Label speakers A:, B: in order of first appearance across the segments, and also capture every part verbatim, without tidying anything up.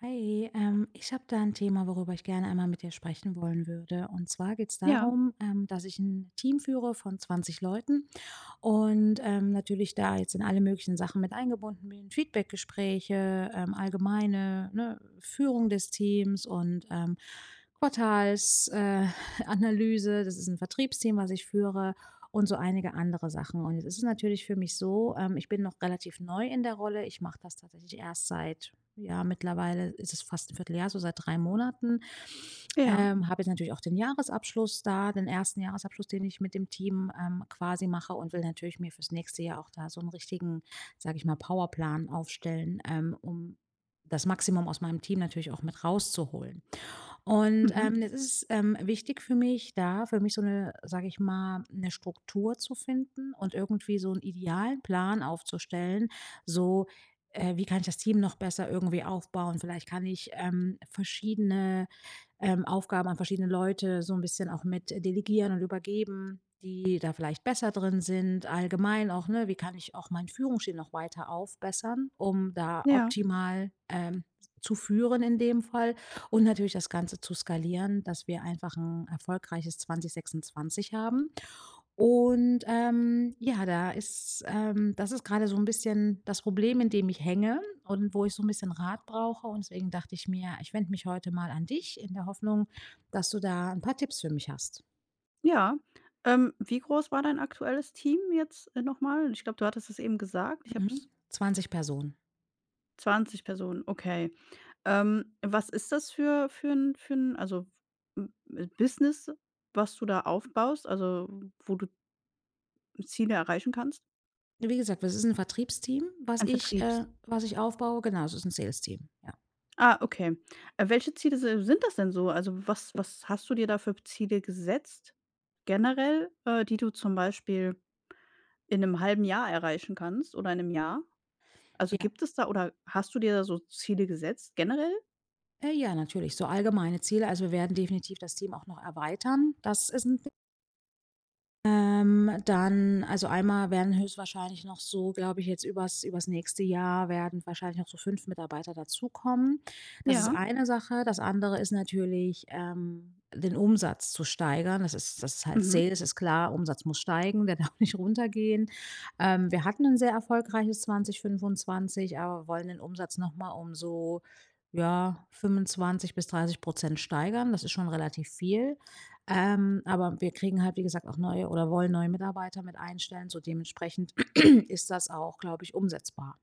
A: Hi, ähm, ich habe da ein Thema, worüber ich gerne einmal mit dir sprechen wollen würde. Und zwar geht es
B: Ja,
A: darum, ähm, dass ich ein Team führe von zwanzig Leuten und ähm, natürlich da jetzt in alle möglichen Sachen mit eingebunden bin. Feedbackgespräche, ähm, allgemeine, ne, Führung des Teams und ähm, Quartalsanalyse. Äh, Analyse. Das ist ein Vertriebsteam, was ich führe, und so einige andere Sachen. Und jetzt ist es natürlich für mich so, ähm, ich bin noch relativ neu in der Rolle. Ich mache das tatsächlich erst seit, ja, mittlerweile ist es fast ein Vierteljahr, so seit drei Monaten.
B: ja,
A: Ähm, habe jetzt natürlich auch den Jahresabschluss da, den ersten Jahresabschluss, den ich mit dem Team, ähm, quasi mache, und will natürlich mir fürs nächste Jahr auch da so einen richtigen, sage ich mal, Powerplan aufstellen, ähm, um das Maximum aus meinem Team natürlich auch mit rauszuholen. Und,
B: mhm,
A: ähm, es ist, ähm, wichtig für mich, da für mich so eine, sage ich mal, eine Struktur zu finden und irgendwie so einen idealen Plan aufzustellen, so, äh: „Wie kann ich das Team noch besser irgendwie aufbauen?“ Vielleicht kann ich, ähm, verschiedene ähm, Aufgaben an verschiedene Leute so ein bisschen auch mit delegieren und übergeben, die da vielleicht besser drin sind. Allgemein auch, ne, wie kann ich auch meinen Führungsstil noch weiter aufbessern, um da
B: ja,
A: optimal, ähm, zu führen in dem Fall und natürlich das Ganze zu skalieren, dass wir einfach ein erfolgreiches zwanzig sechsundzwanzig haben. Und, ähm, ja, da ist ähm, das ist gerade so ein bisschen das Problem, in dem ich hänge und wo ich so ein bisschen Rat brauche. Und deswegen dachte ich mir, ich wende mich heute mal an dich in der Hoffnung, dass du da ein paar Tipps für mich hast.
B: ja. Ähm, wie groß war dein aktuelles Team jetzt, äh, noch? Ich glaube, du hattest es eben gesagt. Ich habe es...
A: Mhm. zwanzig Personen.
B: zwanzig Personen, okay. Ähm, was ist das für für 'n für 'n also, m äh, Business, was du da aufbaust, also, wo du Ziele erreichen kannst?
A: Wie gesagt, das ist ein Vertriebsteam, was
B: Ein
A: ich
B: Vertriebs...
A: äh, was ich aufbaue. Genau, es ist ein Sales-Team, ja.
B: ah, okay. Äh, welche Ziele si sind das denn so? Also, was was hast du dir da für Ziele gesetzt generell, äh, die du zum Beispiel in einem halben Jahr erreichen kannst oder in einem Jahr? Also,
A: Ja.
B: gibt es da, oder hast du dir da so Ziele gesetzt generell?
A: Äh, ja, natürlich, so allgemeine Ziele. Also, wir werden definitiv das Team auch noch erweitern. Das ist 'n— Ähm, dann, also einmal werden höchstwahrscheinlich noch so, glaube ich, jetzt übers übers nächste Jahr werden wahrscheinlich noch so fünf Mitarbeiter dazukommen. Das ist
B: Ja,
A: eine Sache. Das andere ist natürlich, ähm, den Umsatz zu steigern. Das ist, das ist halt
B: mhm.
A: Sales, ist klar, Umsatz muss steigen, der darf nicht runtergehen. Ähm, wir hatten ein sehr erfolgreiches zwanzig fünfundzwanzig, aber wollen den Umsatz noch mal um so, ja, fünfundzwanzig bis dreißig steigern. Das ist schon relativ viel. Ähm, aber wir kriegen halt, wie gesagt, auch neue, oder wollen neue Mitarbeiter mit einstellen. So, dementsprechend ist das auch, glaube ich, umsetzbar.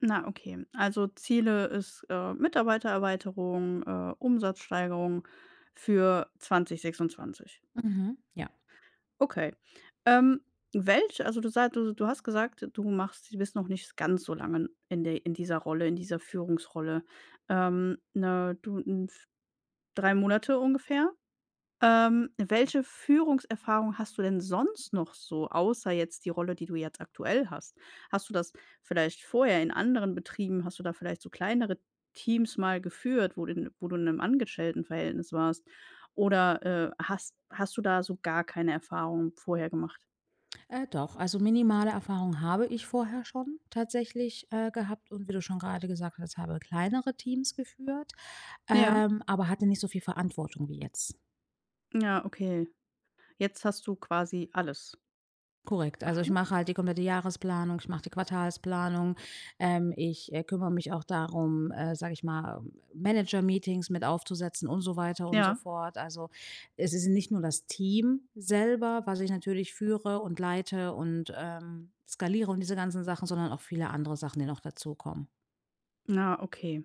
B: Na, okay. Also, Ziele ist, äh, Mitarbeitererweiterung, äh, Umsatzsteigerung für zwanzig sechsundzwanzig.
A: Mhm, ja.
B: Okay. Ähm, welch Also, du sa du du hast gesagt, du machst du bist noch nicht ganz so lange in der in dieser Rolle, in dieser Führungsrolle. Ähm, ne, du 'n f drei Monate ungefähr? Ähm, welche
A: Perfekt.
B: Führungserfahrung hast du denn sonst noch so, außer jetzt die Rolle, die du jetzt aktuell hast? Hast du das vielleicht vorher in anderen Betrieben, hast du da vielleicht so kleinere Teams mal geführt, wo du wo du in einem Angestelltenverhältnis warst? Oder, äh, hast hast du da so gar keine Erfahrung vorher gemacht?
A: Äh, doch, also minimale Erfahrung habe ich vorher schon tatsächlich äh, gehabt, und wie du schon gerade gesagt hast, habe kleinere Teams geführt,
B: Ja,
A: ähm, aber hatte nicht so viel Verantwortung wie jetzt.
B: ja, okay. Jetzt hast du quasi alles.
A: Korrekt. Also, ich mache halt die komplette Jahresplanung, ich mache die Quartalsplanung. Ähm, ich, äh, kümmere mich auch darum, äh, sage ich mal, Manager-Meetings mit aufzusetzen und so weiter und so
B: Ja,
A: fort. Also, es ist nicht nur das Team selber, was ich natürlich führe und leite und, ähm, skaliere und diese ganzen Sachen, sondern auch viele andere Sachen, die noch dazukommen.
B: ja, okay.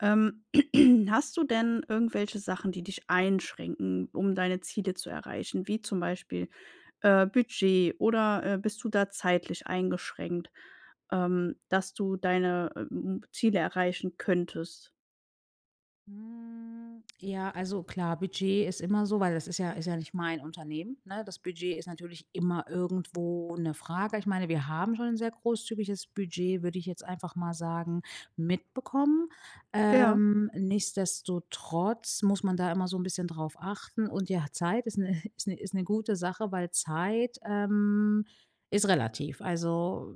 B: Ähm, hast du denn irgendwelche Sachen, die dich einschränken, um deine Ziele zu erreichen, wie zum Beispiel äh, Budget, oder äh, bist du da zeitlich eingeschränkt, ähm, dass du deine, ähm, Ziele erreichen könntest?
A: Hm, ja, also klar, Budget ist immer so, weil das ist ja, ist ja nicht mein Unternehmen, ne? Das Budget ist natürlich immer irgendwo eine Frage. Ich meine, wir haben schon ein sehr großzügiges Budget, würde ich jetzt einfach mal sagen, mitbekommen.
B: Ja.
A: Ähm, nichtsdestotrotz muss man da immer so ein bisschen drauf achten, und ja, Zeit ist eine ist eine ist eine gute Sache, weil Zeit, ähm, ist relativ. Also,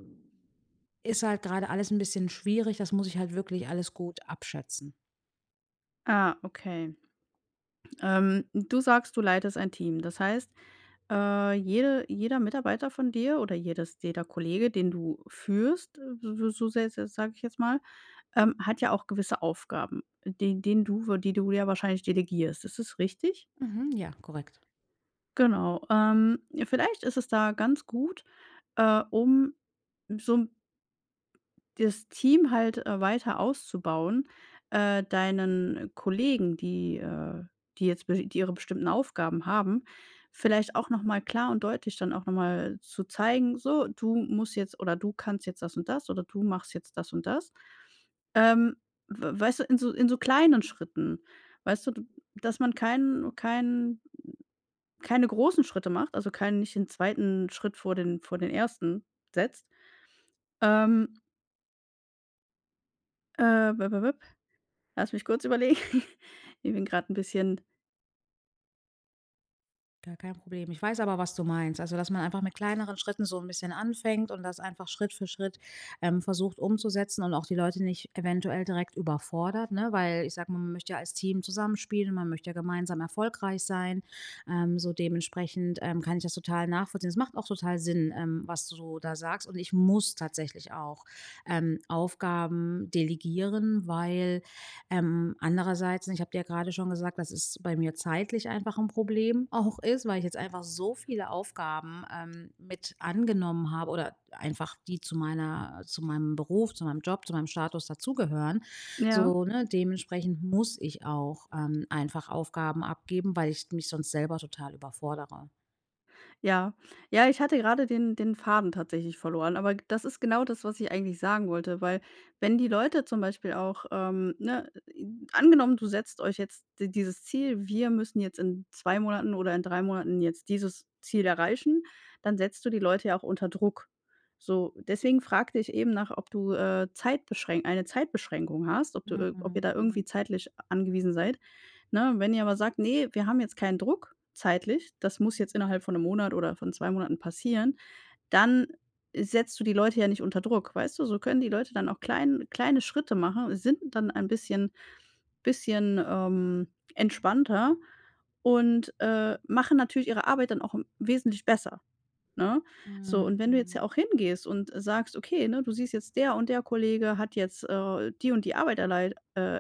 A: ist halt gerade alles ein bisschen schwierig, das muss ich halt wirklich alles gut abschätzen.
B: Ah, okay. Ähm, du sagst, du leitest ein Team. Das heißt, äh, jede... jeder Mitarbeiter von dir, oder jedes jeder Kollege, den du führst, so so sage ich jetzt mal, ähm, hat ja auch gewisse Aufgaben, den denen du w die du ja wahrscheinlich delegierst. Ist das richtig?
A: Mhm, ja, korrekt.
B: Genau. Ähm, vielleicht ist es da ganz gut, äh, um so das Team halt äh, weiter auszubauen, äh, deinen Kollegen, die, äh die jetzt be die ihre bestimmten Aufgaben haben, vielleicht auch noch mal klar und deutlich dann auch noch mal zu zeigen: „So, du musst jetzt, oder du kannst jetzt das und das, oder du machst jetzt das und das.“ Ähm, w Weißt du, in so in so kleinen Schritten, weißt du, d dass man keinen keinen keine großen Schritte macht, also, keinen nicht den zweiten Schritt vor den vor den ersten setzt. Ähm, äh, Lass mich kurz überlegen. Ich bin gerade ein bisschen...
A: Gar kein Problem. Ich weiß aber, was du meinst. Also, dass man einfach mit kleineren Schritten so ein bisschen anfängt und das einfach Schritt für Schritt, ähm, versucht umzusetzen und auch die Leute nicht eventuell direkt überfordert, ne? Weil ich sage mal, man möchte ja als Team zusammenspielen, man möchte ja gemeinsam erfolgreich sein. Ähm, so dementsprechend, ähm, kann ich das total nachvollziehen. Es macht auch total Sinn, ähm, was du da sagst, und ich muss tatsächlich auch, ähm, Aufgaben delegieren, weil ähm, andererseits, ich habe dir ja gerade schon gesagt, dass es bei mir zeitlich einfach ein Problem auch ist, weil ich jetzt einfach so viele Aufgaben, ähm, mit angenommen habe, oder einfach die zu meiner zu meinem Beruf, zu meinem Job, zu meinem Status dazugehören.
B: ja.
A: So, ne, dementsprechend muss ich auch, ähm, einfach Aufgaben abgeben, weil ich mich sonst selber total überfordere.
B: Ja. Ja, ich hatte gerade den den Faden tatsächlich verloren, aber das ist genau das, was ich eigentlich sagen wollte, weil wenn die Leute zum Beispiel auch, ähm, ne äh, angenommen, du setzt euch jetzt di dieses Ziel: „Wir müssen jetzt in zwei Monaten oder in drei Monaten jetzt dieses Ziel erreichen“, dann setzt du die Leute ja auch unter Druck. So, deswegen fragte ich eben nach, ob du, äh, Zeitbeschränk eine Zeitbeschränkung hast, ob du
A: Mhm,
B: ir ob ihr da
A: mhm,
B: irgendwie zeitlich angewiesen seid, ne? Wenn ihr aber sagt: „Nee, wir haben jetzt keinen Druck zeitlich, das muss jetzt innerhalb von einem Monat oder von zwei Monaten passieren“, dann setzt du die Leute ja nicht unter Druck, weißt du? So können die Leute dann auch klein kleine Schritte machen, sind dann ein bisschen bisschen, ähm, entspannter und, äh, machen natürlich ihre Arbeit dann auch wesentlich besser, ne? So, und wenn du jetzt ja
A: mhm,
B: auch hingehst und sagst: „Okay, ne, du siehst jetzt, der und der Kollege hat jetzt, äh, die und die Arbeit erlei äh,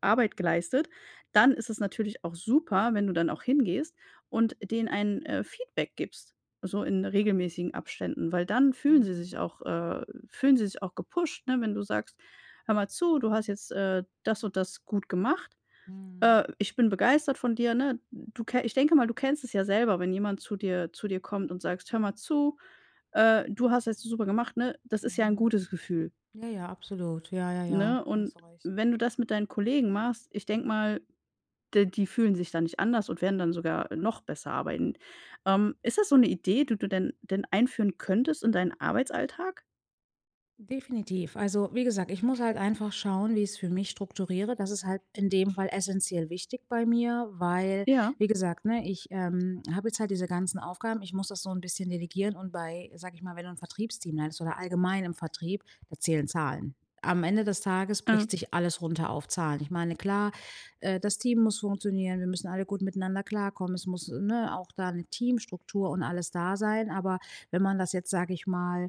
B: Arbeit geleistet“, dann ist es natürlich auch super, wenn du dann auch hingehst und denen ein, äh, Feedback gibst, so in regelmäßigen Abständen, weil dann fühlen sie sich
A: mhm,
B: auch äh, fühlen sie sich auch gepusht, ne, wenn du sagst: „Hör mal zu, du hast jetzt, äh, das und das gut gemacht.
A: mhm,
B: Äh, ich bin begeistert von dir“, ne? Du ke Ich denke mal, du kennst es ja selber, wenn jemand zu dir zu dir kommt und sagst: „Hör mal zu, äh, du hast jetzt super gemacht“, ne? Das ist ja ein
A: mhm.
B: gutes Gefühl,
A: Ja, ja, absolut. Ja, ja, ja,
B: ne?
A: da
B: Und
A: hast du recht.
B: wenn du das mit deinen Kollegen machst, ich denke mal, D die fühlen sich da nicht anders und werden dann sogar noch besser arbeiten. Ähm, ist das so eine Idee, die du denn denn einführen könntest in deinen Arbeitsalltag?
A: Definitiv. Also, wie gesagt, ich muss halt einfach schauen, wie ich es für mich strukturiere. Das ist halt in dem Fall essentiell wichtig bei mir, weil,
B: Ja,
A: wie gesagt, ne, ich, ähm, habe jetzt halt diese ganzen Aufgaben. Ich muss das so ein bisschen delegieren, und bei, sag ich mal, wenn du ein Vertriebsteam leitest oder allgemein im Vertrieb, da zählen Zahlen. Am Ende des Tages
B: äh,
A: bricht sich alles runter auf Zahlen. Ich meine, klar, äh, das Team muss funktionieren, wir müssen alle gut miteinander klarkommen. Es muss, ne, auch da eine Teamstruktur und alles da sein. Aber wenn man das jetzt, sage ich mal,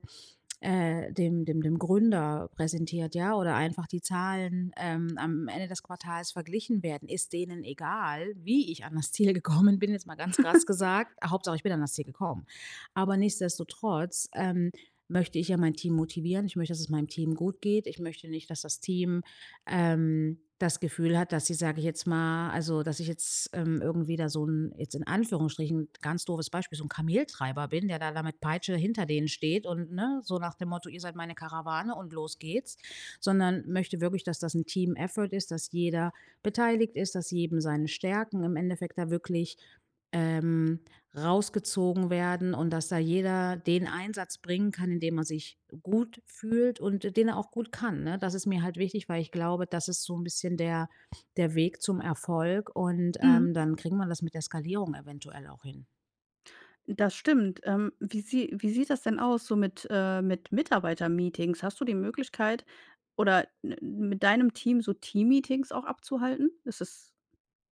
A: äh, dem dem dem Gründer präsentiert, ja, oder einfach die Zahlen, ähm, am Ende des Quartals verglichen werden, ist denen egal, wie ich an das Ziel gekommen bin, jetzt mal ganz krass gesagt. Hauptsache, ich bin an das Ziel gekommen. Aber nichtsdestotrotz, ähm, möchte ich ja mein Team motivieren. Ich möchte, dass es meinem Team gut geht. Ich möchte nicht, dass das Team ähm, das Gefühl hat, dass sie, sage ich jetzt mal, also, dass ich jetzt, ähm, irgendwie da so ein, jetzt in Anführungsstrichen, ganz doofes Beispiel, so ein Kameltreiber bin, der da da mit Peitsche hinter denen steht, und, ne, so nach dem Motto: „Ihr seid meine Karawane und los geht's“, sondern möchte wirklich, dass das ein Team-Effort ist, dass jeder beteiligt ist, dass jedem seine Stärken im Endeffekt da wirklich, ähm rausgezogen werden, und dass da jeder den Einsatz bringen kann, in dem er sich gut fühlt und den er auch gut kann, ne? Das ist mir halt wichtig, weil ich glaube, das ist so ein bisschen der der Weg zum Erfolg, und,
B: mhm,
A: ähm, dann kriegen wir das mit der Skalierung eventuell auch hin.
B: das stimmt. Ähm, wie sie wie sieht das denn aus so mit, äh mit Mitarbeitermeetings? Hast du die Möglichkeit, oder n mit deinem Team so Teammeetings auch abzuhalten? Ist das...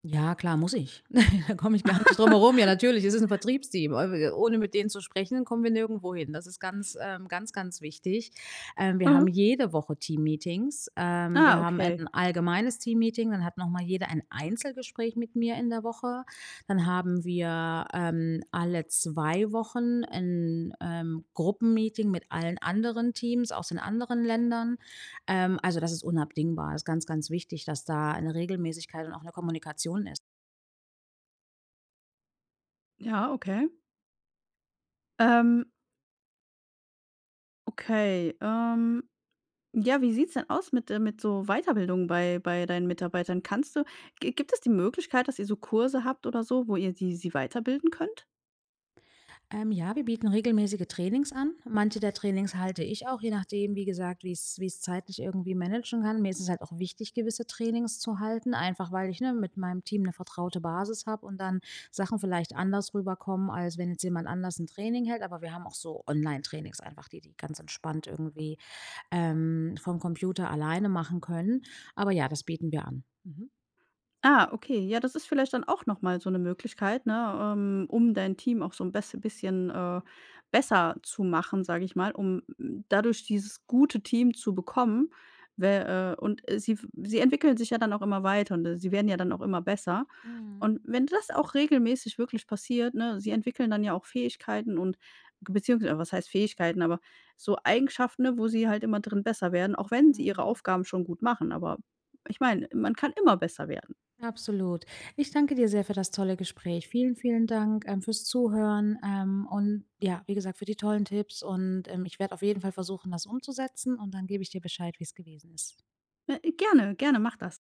A: Ja, klar, muss ich. Da komme ich gar nicht drum herum. Ja, natürlich, es ist ein Vertriebsteam. Äh, ohne mit denen zu sprechen, kommen wir nirgendwo hin. Das ist ganz, ähm ganz, ganz wichtig. Ähm, wir haben
B: mhm.
A: jede Woche Teammeetings. Ähm, wir
B: Ah,
A: haben
B: okay.
A: ein allgemeines Teammeeting, dann hat noch mal jeder ein Einzelgespräch mit mir in der Woche. Dann haben wir, ähm, alle zwei Wochen ein ähm, Gruppenmeeting mit allen anderen Teams aus den anderen Ländern. Ähm, also, das ist unabdingbar. Das ist ganz, ganz wichtig, dass da eine Regelmäßigkeit und auch eine Kommunikation ist.
B: Ja, okay. Ähm, okay, ähm Ja, wie sieht's denn aus mit, äh mit so Weiterbildung bei bei deinen Mitarbeitern? Kannst du... gi gibt es die Möglichkeit, dass ihr so Kurse habt oder so, wo ihr die sie weiterbilden könnt?
A: Ähm, ja, wir bieten regelmäßige Trainings an. Manche der Trainings halte ich auch, je nachdem, wie gesagt, wie es wie es zeitlich irgendwie managen kann. Mir ist es halt auch wichtig, gewisse Trainings zu halten, einfach weil ich, ne, mit meinem Team eine vertraute Basis habe und dann Sachen vielleicht anders rüberkommen, als wenn jetzt jemand anders ein Training hält. Aber wir haben auch so Online-Trainings einfach, die die ganz entspannt irgendwie ähm, vom Computer alleine machen können. Aber ja, das bieten wir an. Mhm.
B: Ah, okay. Ja, das ist vielleicht dann auch noch mal so eine Möglichkeit, ne, ähm, um dein Team auch so ein bess bisschen, äh, besser zu machen, sage ich mal, um mm, dadurch dieses gute Team zu bekommen. Wä äh, Und, äh, sie... sie entwickeln sich ja dann auch immer weiter und, äh, sie werden ja dann auch immer besser.
A: Mhm.
B: Und wenn das auch regelmäßig wirklich passiert, ne, sie entwickeln dann ja auch Fähigkeiten und... beziehungsweise was heißt Fähigkeiten, aber so Eigenschaften, ne, wo sie halt immer drin besser werden, auch wenn sie ihre
A: Mhm.
B: Aufgaben schon gut machen. Aber ich meine, man kann immer besser werden.
A: Absolut. Ich danke dir sehr für das tolle Gespräch. Vielen, vielen Dank, ähm, fürs Zuhören, ähm, und ja, wie gesagt, für die tollen Tipps, und, ähm, ich werde auf jeden Fall versuchen, das umzusetzen, und dann gebe ich dir Bescheid, wie es gewesen ist.
B: Äh, gerne, gerne, mach das.